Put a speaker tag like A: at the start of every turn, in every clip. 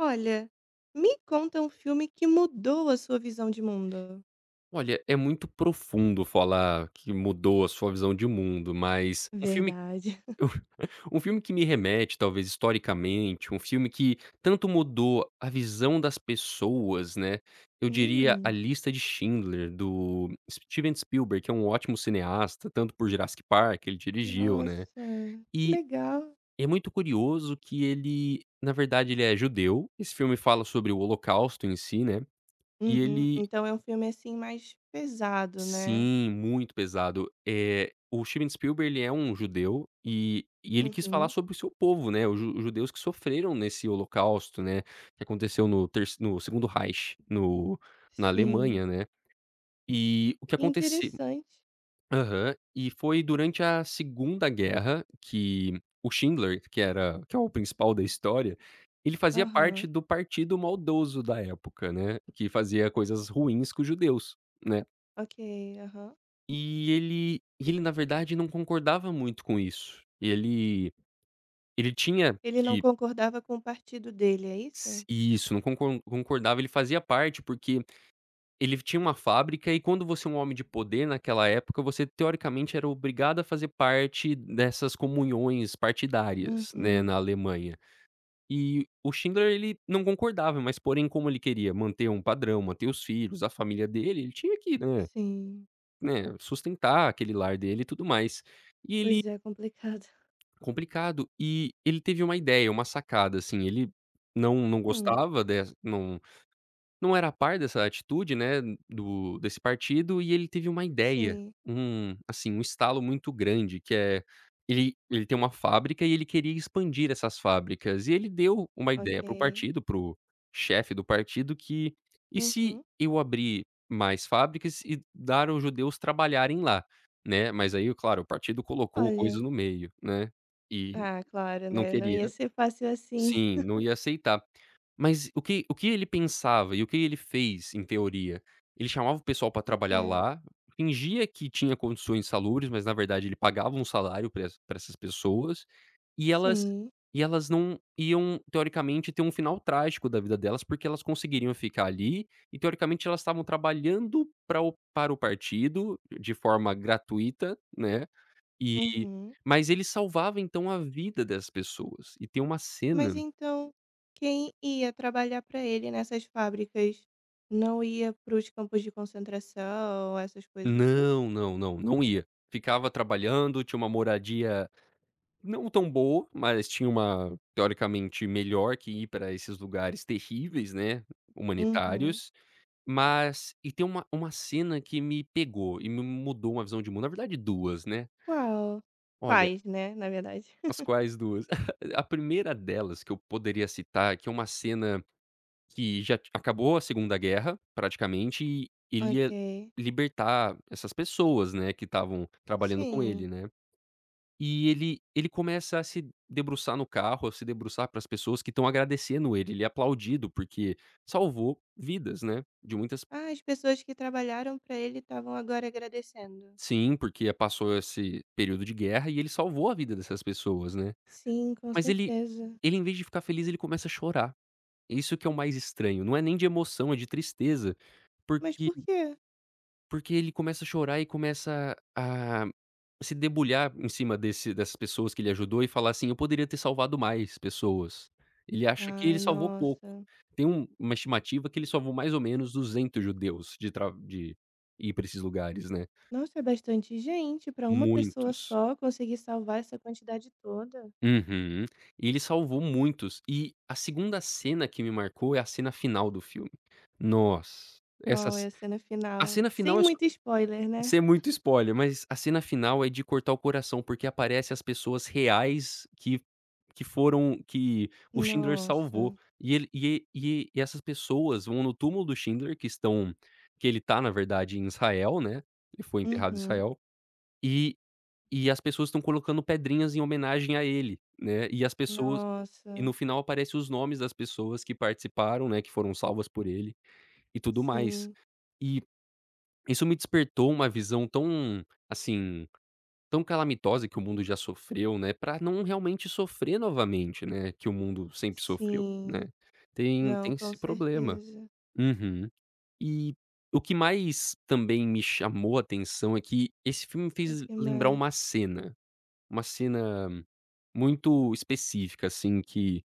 A: Olha, me conta um filme que mudou a sua visão de mundo.
B: Olha, é muito profundo falar que mudou a sua visão de mundo, mas um filme
A: Verdade.
B: um filme que me remete, talvez, historicamente, um filme que tanto mudou a visão das pessoas, né, eu diria A
A: Hum,
B: Lista de Schindler, do Steven Spielberg, que é um ótimo cineasta, tanto por Jurassic Park, ele dirigiu, né.
A: nossa, que
B: E
A: legal.
B: é muito curioso que ele, na verdade, ele é judeu. Esse filme fala sobre o holocausto em si, né, e
A: Uhum,
B: ele
A: então é um filme, assim, mais pesado, né.
B: sim, muito pesado. É o Steven Spielberg, ele é um judeu e ele quis falar
A: Uhum,
B: sobre o seu povo, né, os judeus que sofreram nesse holocausto, né, que aconteceu no Segundo Reich, no na
A: sim.
B: Alemanha, né. E o que
A: Que
B: aconteceu.
A: interessante.
B: Aham. E foi durante a Segunda Guerra que o Schindler, que é o principal da história, ele fazia parte
A: Aham,
B: do partido maldoso da época, né, que fazia coisas ruins com os judeus, né.
A: ok, aham.
B: E ele e ele, na verdade, não concordava muito com isso. Ele ele tinha
A: Ele não
B: que
A: concordava com o partido dele, é
B: s
A: isso?
B: Isso, não concor concordava, ele fazia parte, porque ele tinha uma fábrica, e quando você é um homem de poder naquela época, você teoricamente era obrigado a fazer parte dessas comunhões partidárias, né,
A: Uhum,
B: na Alemanha. E o Schindler, ele não concordava, mas porém, como ele queria manter um padrão, manter os filhos, a família dele, ele tinha que, né,
A: sim.
B: né, sustentar aquele lar dele e tudo mais. E ele
A: Pois é, complicado.
B: Complicado. E ele teve uma ideia, uma sacada, assim, ele não não
A: Hum,
B: gostava des não não era a par dessa atitude, né, do desse partido, e ele teve uma ideia,
A: sim,
B: assim, um estalo muito grande, que é, ele tem uma fábrica e ele queria expandir essas fábricas, e ele deu uma ideia para o
A: ok.
B: partido, para o chefe do partido, que: "E se
A: Uhum.
B: eu abrir mais fábricas e dar aos judeus trabalharem lá?", né, mas aí, claro, o partido colocou coisas
A: Olha.
B: no meio, né, e
A: Ah, claro,
B: não
A: né, não
B: queria.
A: ia ser fácil assim.
B: Sim, não ia aceitar. Mas o que ele pensava e o que ele fez, em teoria? Ele chamava o pessoal para
A: O que
B: trabalhar
A: é
B: lá, fingia que tinha condições salubres, mas na verdade ele pagava um salário para essas pessoas, e elas
A: sim,
B: e elas não iam, teoricamente, ter um final trágico da vida delas, porque elas conseguiriam ficar ali e, teoricamente, elas estavam trabalhando pra o para o partido de forma gratuita, né, e
A: uhum.
B: mas ele salvava, então, a vida das pessoas. E tem uma
A: Mas
B: cena.
A: então, quem ia trabalhar para ele nessas fábricas, não ia para os campos de concentração, essas coisas assim?
B: Não, não, não, não ia. Ficava trabalhando, tinha uma moradia não tão boa, mas tinha uma, teoricamente, melhor que ir para esses lugares terríveis, né,
A: Uhum.
B: humanitários. Mas e tem uma cena que me pegou e me mudou uma visão de mundo, na verdade duas, né.
A: Qual?
B: Olha,
A: Quais, né, na verdade.
B: as quais duas? A primeira delas que eu poderia citar, que é uma cena que já ti acabou a Segunda Guerra, praticamente, e ele
A: Ok,
B: ia libertar essas pessoas, né, que estavam trabalhando com
A: sim.
B: ele, né. E ele começa a se debruçar no carro, a se debruçar para as pessoas que estão agradecendo ele, ele é aplaudido porque salvou vidas, né, de muitas,
A: Ah, as pessoas que trabalharam para ele estavam agora agradecendo.
B: sim, porque passou esse período de guerra e ele salvou a vida dessas pessoas, né.
A: Sim, com
B: Mas ele
A: certeza.
B: Ele, em vez de ficar feliz, ele começa a chorar. Isso que é o mais estranho, não é nem de emoção, é de tristeza,
A: Mas
B: porque,
A: por quê?
B: porque ele começa a chorar e começa a se debulhar em cima desse dessas pessoas que ele ajudou e falar assim: "Eu poderia ter salvado mais pessoas". Ele acha que ele
A: Ai,
B: salvou pouco.
A: nossa.
B: Tem uma estimativa que ele salvou mais ou menos 200 judeus de tra de ir para esses lugares, né.
A: Nossa, é bastante gente para uma pessoa
B: Muitos.
A: só conseguir salvar essa quantidade toda.
B: Uhum. E ele salvou muitos. E a segunda cena que me marcou é a cena final do filme. Nossa, essa
A: Qual é
B: ce
A: a cena
B: a
A: final?
B: cena
A: Sem
B: final é,
A: muito spoiler, né?
B: ser muito spoiler, mas a cena final é de cortar o coração, porque aparece as pessoas reais que foram que o Schindler salvou.
A: Nossa.
B: E ele e essas pessoas vão no túmulo do Schindler, que ele tá, na verdade, em Israel, né, ele foi enterrado em
A: Uhum.
B: Israel, e e as pessoas estão colocando pedrinhas em homenagem a ele, né, e as pessoas e
A: Nossa.
B: no final aparece os nomes das pessoas que participaram, né, que foram salvas por ele e tudo mais.
A: Sim.
B: E isso me despertou uma visão tão calamitosa, que o mundo já sofreu, né, para não realmente sofrer novamente, né, que o mundo sempre sofreu,
A: Sim.
B: né. Tem
A: Não,
B: tem
A: com
B: esse problema.
A: certeza.
B: Uhum. E o que mais também me chamou a atenção é que esse filme me
A: O
B: fez
A: que
B: lembrar
A: mais?
B: uma cena muito específica, assim, que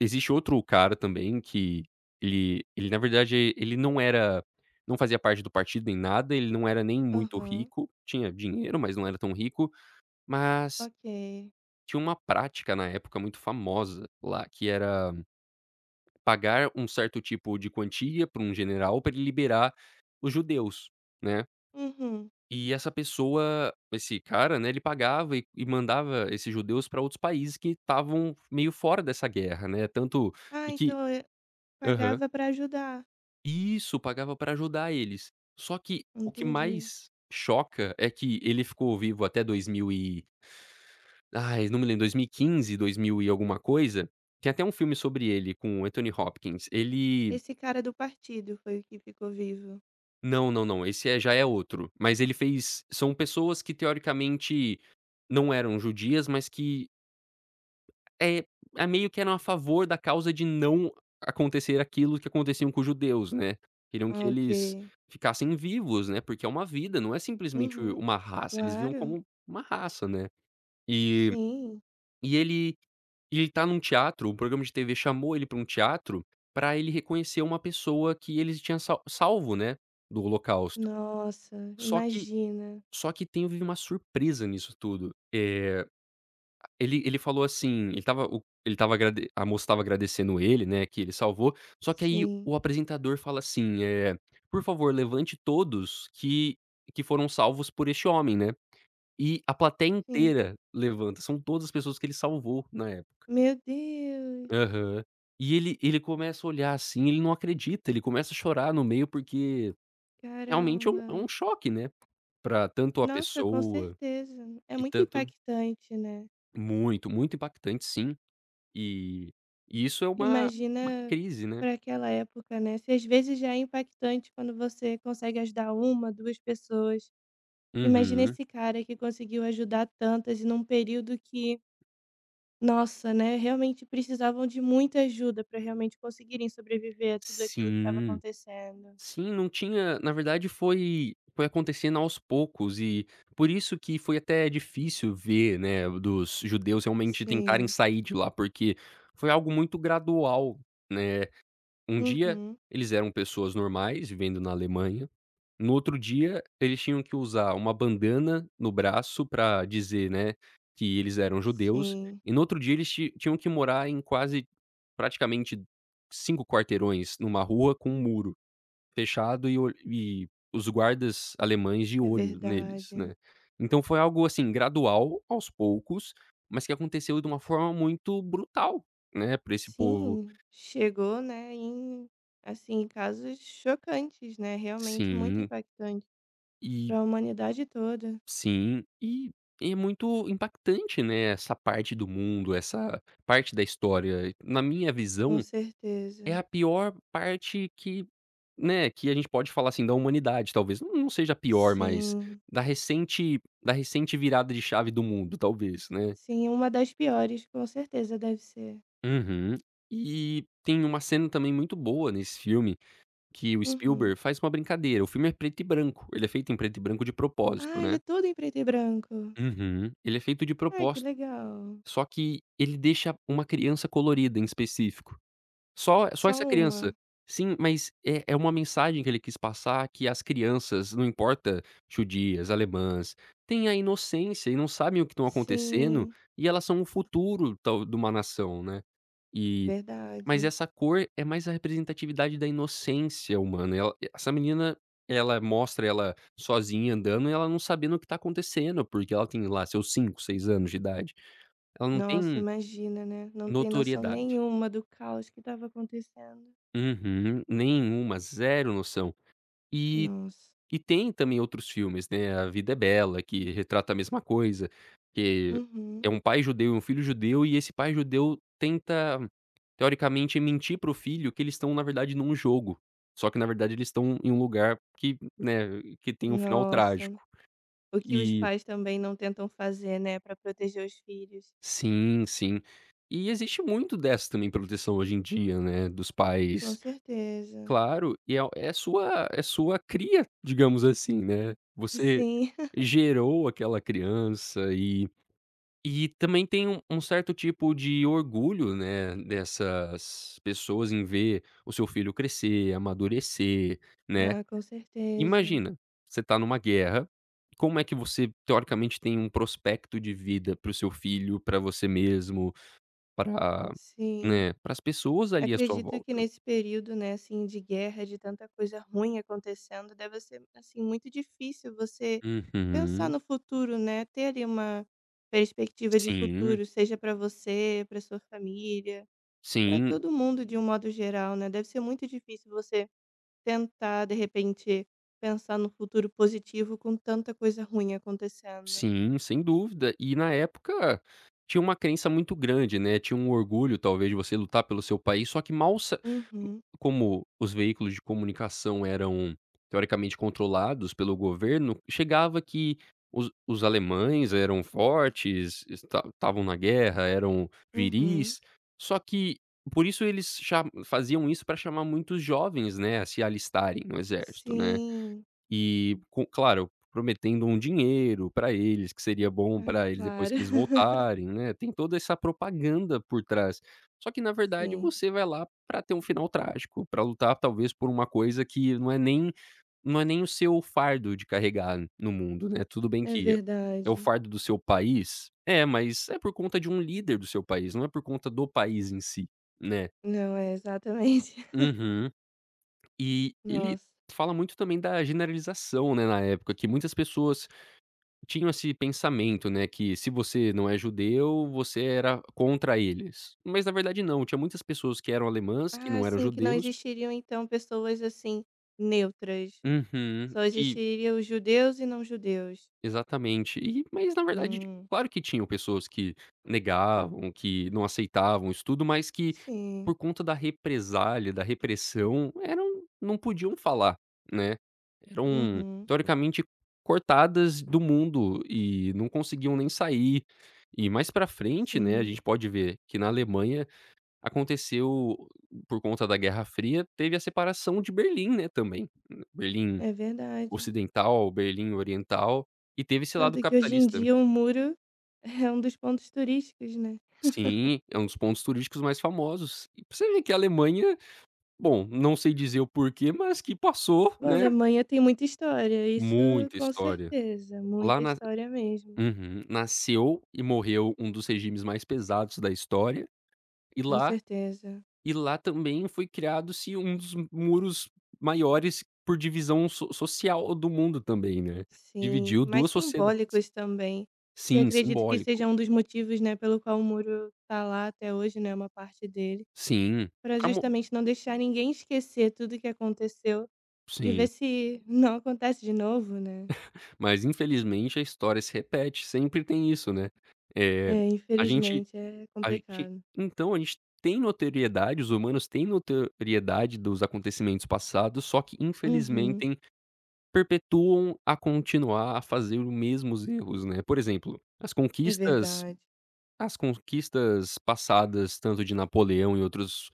B: existe outro cara também, que ele, na verdade, ele não fazia parte do partido nem nada, ele não era nem muito
A: Aham.
B: rico, tinha dinheiro, mas não era tão rico, mas
A: Ok.
B: tinha uma prática na época muito famosa lá, que era pagar um certo tipo de quantia para um general para ele liberar os judeus, né.
A: Uhum.
B: E essa pessoa, esse cara, né, ele pagava e mandava esses judeus para outros países que estavam meio fora dessa guerra, né, tanto
A: Ah,
B: e que
A: então eu
B: aham.
A: pagava para ajudar.
B: Isso, pagava para ajudar eles. Só que o que
A: Entendi.
B: mais choca é que ele ficou vivo até 2000 e, ai, não me lembro, 2015, 2000 e quinze, dois mil e alguma coisa, tem até um filme sobre ele com o Anthony Hopkins. Ele,
A: Esse cara do partido foi o que ficou vivo.
B: não, não, não, esse é, já é outro, mas ele fez, são pessoas que, teoricamente, não eram judias, mas que, é meio que eram a favor da causa de não acontecer aquilo que aconteciam com os judeus, né. Queriam que
A: Ah,
B: eles
A: ok.
B: ficassem vivos, né, porque é uma vida, não é simplesmente
A: Uhum.
B: uma raça, eles viam
A: Claro.
B: como uma raça, né. E
A: Sim.
B: e ele E ele tá num teatro, um programa de TV chamou ele pra um teatro, pra ele reconhecer uma pessoa que eles tinham salvo, né, do holocausto.
A: Nossa,
B: Só que
A: imagina.
B: só que teve uma surpresa nisso tudo. Ele falou assim, ele estava o ele estava agrade a moça estava agradecendo ele, né, que ele salvou, só que aí
A: Sim,
B: o apresentador fala assim: "Por favor, levante todos que foram salvos por este homem", né. E a plateia
A: sim.
B: inteira levanta, são todas as pessoas que ele salvou na.
A: Meu Deus,
B: Aham. E ele começa a olhar assim, ele não acredita, ele começa a chorar no meio, porque realmente é um é
A: caramba.
B: um choque, né, pra tanto a
A: Nossa, com
B: pessoa
A: certeza. É
B: e
A: muito
B: tanto
A: impactante, né.
B: muito, muito impactante, sim, e e isso é uma
A: Imagina
B: crise, né.
A: para aquela época, né, se às vezes já é impactante quando você consegue ajudar uma, 2 pessoas, imagina
B: Uhum.
A: esse cara que conseguiu ajudar tantas e num período que, nossa, né, realmente precisavam de muita ajuda para realmente conseguirem sobreviver a tudo aquilo que estava
B: Sim,
A: acontecendo.
B: sim, não tinha na verdade foi acontecendo aos poucos e por isso que foi até difícil ver, né, dos judeus realmente tentarem
A: Sim.
B: sair de lá, porque foi algo muito gradual, né. Um dia
A: Uhum.
B: eles eram pessoas normais vivendo na Alemanha, no outro dia eles tinham que usar uma bandana no braço para dizer, né, que eles eram judeus,
A: Sim,
B: e no outro dia eles ti tinham que morar em quase, praticamente, 5 quarteirões numa rua com um muro fechado e olh e os guardas alemães de
A: é
B: olho neles,
A: verdade.
B: né. Então foi algo, assim, gradual, aos poucos, mas que aconteceu de uma forma muito brutal, né, para esse povo.
A: Sim, chegou, né, em assim, casos chocantes, né, realmente muito
B: Sim,
A: impactante
B: e
A: para a humanidade toda,
B: Sim, e é muito impactante, né, essa parte do mundo, essa parte da história. Na minha
A: com
B: visão, é
A: certeza.
B: a pior parte que, né, que a gente pode falar, assim, da humanidade, talvez. Não seja a pior, mas
A: Sim,
B: da recente virada de chave do mundo, talvez, né.
A: sim, uma das piores, com certeza deve ser.
B: Uhum. E tem uma cena também muito boa nesse filme, que o
A: Uhum.
B: Spielberg faz uma brincadeira. O filme é preto e branco, ele é feito em preto e branco de propósito,
A: Ah, ele é
B: né.
A: todo em preto e branco.
B: Uhum. Ele é feito de
A: Ai, que
B: propósito.
A: legal.
B: Só que ele deixa uma criança colorida em específico. Só
A: Só
B: essa criança.
A: uma.
B: Sim, mas é uma mensagem que ele quis passar, que as crianças, não importa, judias, alemãs, têm a inocência e não sabem o que estão acontecendo,
A: Sim,
B: e elas são o futuro tal de uma nação, né. E mas
A: verdade.
B: essa cor é mais a representatividade da inocência humana, ela, essa menina, ela mostra ela sozinha andando e ela não sabendo o que está acontecendo, porque ela tem lá seus 5, 6 anos de idade. Ela não
A: Nossa,
B: tem.
A: imagina, né? Não tem noção
B: Notoriedade.
A: nenhuma do caos que estava acontecendo.
B: Uhum. Nenhuma, zero noção. E
A: Nossa.
B: e tem também outros filmes, né, A Vida é Bela, que retrata a mesma coisa, que
A: Uhum.
B: é um pai judeu e um filho judeu, e esse pai judeu tenta, teoricamente, mentir para o filho que eles estão, na verdade, num jogo. Só que, na verdade, eles estão em um lugar que, né, que tem um final
A: Nossa,
B: trágico.
A: o que os
B: E
A: pais também não tentam fazer, né, para proteger os filhos.
B: sim, sim. E existe muito dessa também proteção hoje em dia, né, dos
A: Com
B: pais.
A: certeza.
B: Claro, e é sua cria, digamos assim, né. Você
A: Sim.
B: gerou aquela criança e também tem um certo tipo de orgulho, né, dessas pessoas em ver o seu filho crescer, amadurecer, né.
A: Ah, com certeza.
B: Imagina, você tá numa guerra, como é que você teoricamente tem um prospecto de vida para o seu filho, para você mesmo, para
A: Sim.
B: né, para as pessoas ali à sua
A: Acredito que
B: volta.
A: nesse período, né, assim, de guerra, de tanta coisa ruim acontecendo, deve ser, assim, muito difícil você pensar
B: Uhum.
A: no futuro, né, ter ali uma perspectiva de
B: Sim.
A: futuro, seja para você, para sua família, para
B: Sim,
A: todo mundo de um modo geral, né, deve ser muito difícil você tentar, de repente, pensar no futuro positivo com tanta coisa ruim acontecendo.
B: sim, sem dúvida. E na época tinha uma crença muito grande, né, tinha um orgulho talvez de você lutar pelo seu país, só que mal sa
A: Uhum,
B: como os veículos de comunicação eram teoricamente controlados pelo governo, chegava que os alemães eram fortes, estavam na guerra, eram
A: uhum.
B: viris, só que por isso eles cha faziam isso para chamar muitos jovens, né, a se alistarem no exército, né.
A: Sim,
B: E com claro, prometendo um dinheiro para eles, que seria bom
A: é,
B: para eles depois
A: claro.
B: que eles voltarem, né, tem toda essa propaganda por trás. Só que na verdade
A: Sim,
B: você vai lá para ter um final trágico, para lutar talvez por uma coisa que não é nem o seu fardo de carregar no mundo, né, tudo bem
A: é
B: que é o
A: verdade.
B: fardo do seu país, é, mas é por conta de um líder do seu país, não é por conta do país em si, né.
A: Não, é exatamente.
B: Uhum. E ele
A: Nossa.
B: fala muito também da generalização, né, na época, que muitas pessoas tinham esse pensamento, né, que se você não é judeu, você era contra eles. Mas na verdade não, tinha muitas pessoas que eram alemãs, que
A: Ah,
B: não eram
A: sim, que não
B: judeus.
A: existiriam então pessoas assim, neutras.
B: Uhum.
A: Só
B: Que
A: existiriam os judeus e não judeus.
B: Exatamente. E mas na verdade,
A: Hum,
B: claro que tinham pessoas que negavam, que não aceitavam isso tudo, mas que por
A: sim.
B: conta da represália, da repressão, eram não podiam falar, né. Eram
A: Uhum,
B: teoricamente cortadas do mundo e não conseguiam nem sair. E mais pra frente, né, a
A: sim.
B: gente pode ver que na Alemanha aconteceu por conta da Guerra Fria, teve a separação de Berlim, né, também. Berlim
A: É verdade.
B: ocidental, Berlim oriental, e teve esse lado
A: Tanto que hoje em
B: capitalista.
A: dia o muro é um dos pontos turísticos, né.
B: Sim, é um dos pontos turísticos mais famosos. E pra você ver que a Alemanha, bom, não sei dizer o porquê, mas que passou,
A: Bom, a
B: né,
A: Alemanha tem muita história, isso
B: muita
A: com
B: história.
A: certeza, muita
B: Lá nas
A: história mesmo,
B: uhum, nasceu e morreu um dos regimes mais pesados da história, e
A: com
B: lá
A: certeza.
B: e lá também foi criado-se um dos muros maiores por divisão social do mundo também, né.
A: Sim,
B: Dividiu
A: mas
B: 2 socieda
A: simbólicos também, que
B: sim,
A: acredito que seja
B: simbólico.
A: um dos motivos, né, pelo qual o muro tá lá até hoje, né, uma parte dele,
B: Sim,
A: para
B: pra mo
A: justamente não deixar ninguém esquecer tudo que aconteceu e ver
B: sim.
A: se não acontece de novo, né.
B: Mas infelizmente a história se repete, sempre tem isso, né. Eh,
A: É,
B: a gente
A: infelizmente é
B: a gente
A: complicado.
B: então a gente tem notoriedade, os humanos têm notoriedade dos acontecimentos passados, só que
A: Uhum.
B: infelizmentem perpetuam a continuar a fazer os mesmos erros, né. Por exemplo,
A: É verdade,
B: as conquistas passadas, tanto de Napoleão e outros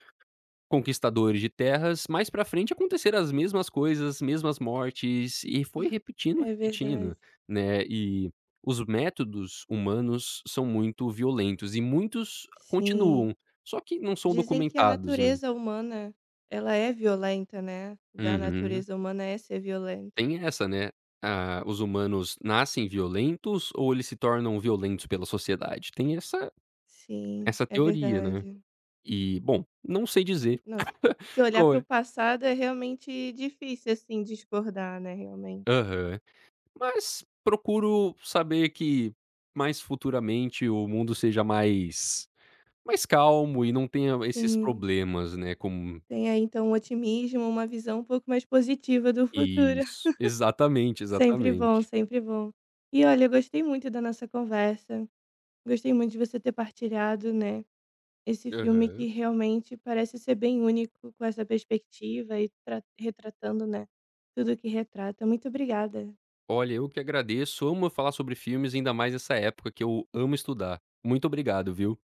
B: conquistadores de terras, mais pra frente aconteceram as mesmas coisas, as mesmas mortes, e foi repetindo,
A: é
B: repetindo,
A: verdade.
B: né. E os métodos humanos são muito violentos e muitos
A: Sim.
B: continuam, só que não são
A: Dizem que a
B: documentados, né.
A: natureza humana, ela é violenta, né, da
B: Uhum.
A: natureza humana é ser violenta.
B: Tem essa, né, ah, os humanos nascem violentos ou eles se tornam violentos pela sociedade? Tem essa
A: Sim,
B: essa
A: é
B: teoria, né.
A: verdade.
B: E, bom, não sei dizer
A: Nossa, se olhar
B: qual
A: para o
B: é.
A: passado é realmente difícil, assim, discordar, né, realmente.
B: Aham. Mas procuro saber que mais futuramente o mundo seja mais mais calmo e não tenha esses
A: Sim,
B: problemas, né, como
A: tem aí então um otimismo, uma visão um pouco mais positiva do futuro.
B: Isso, exatamente,
A: Sempre bom,
B: exatamente.
A: sempre bom. E olha, eu gostei muito da nossa conversa, gostei muito de você ter partilhado, né, esse filme que
B: Aham.
A: realmente parece ser bem único com essa perspectiva e tra retratando, né, tudo que retrata. Muito obrigada.
B: Olha, eu que agradeço, amo falar sobre filmes, ainda mais nessa época que eu amo estudar. Muito obrigado, viu?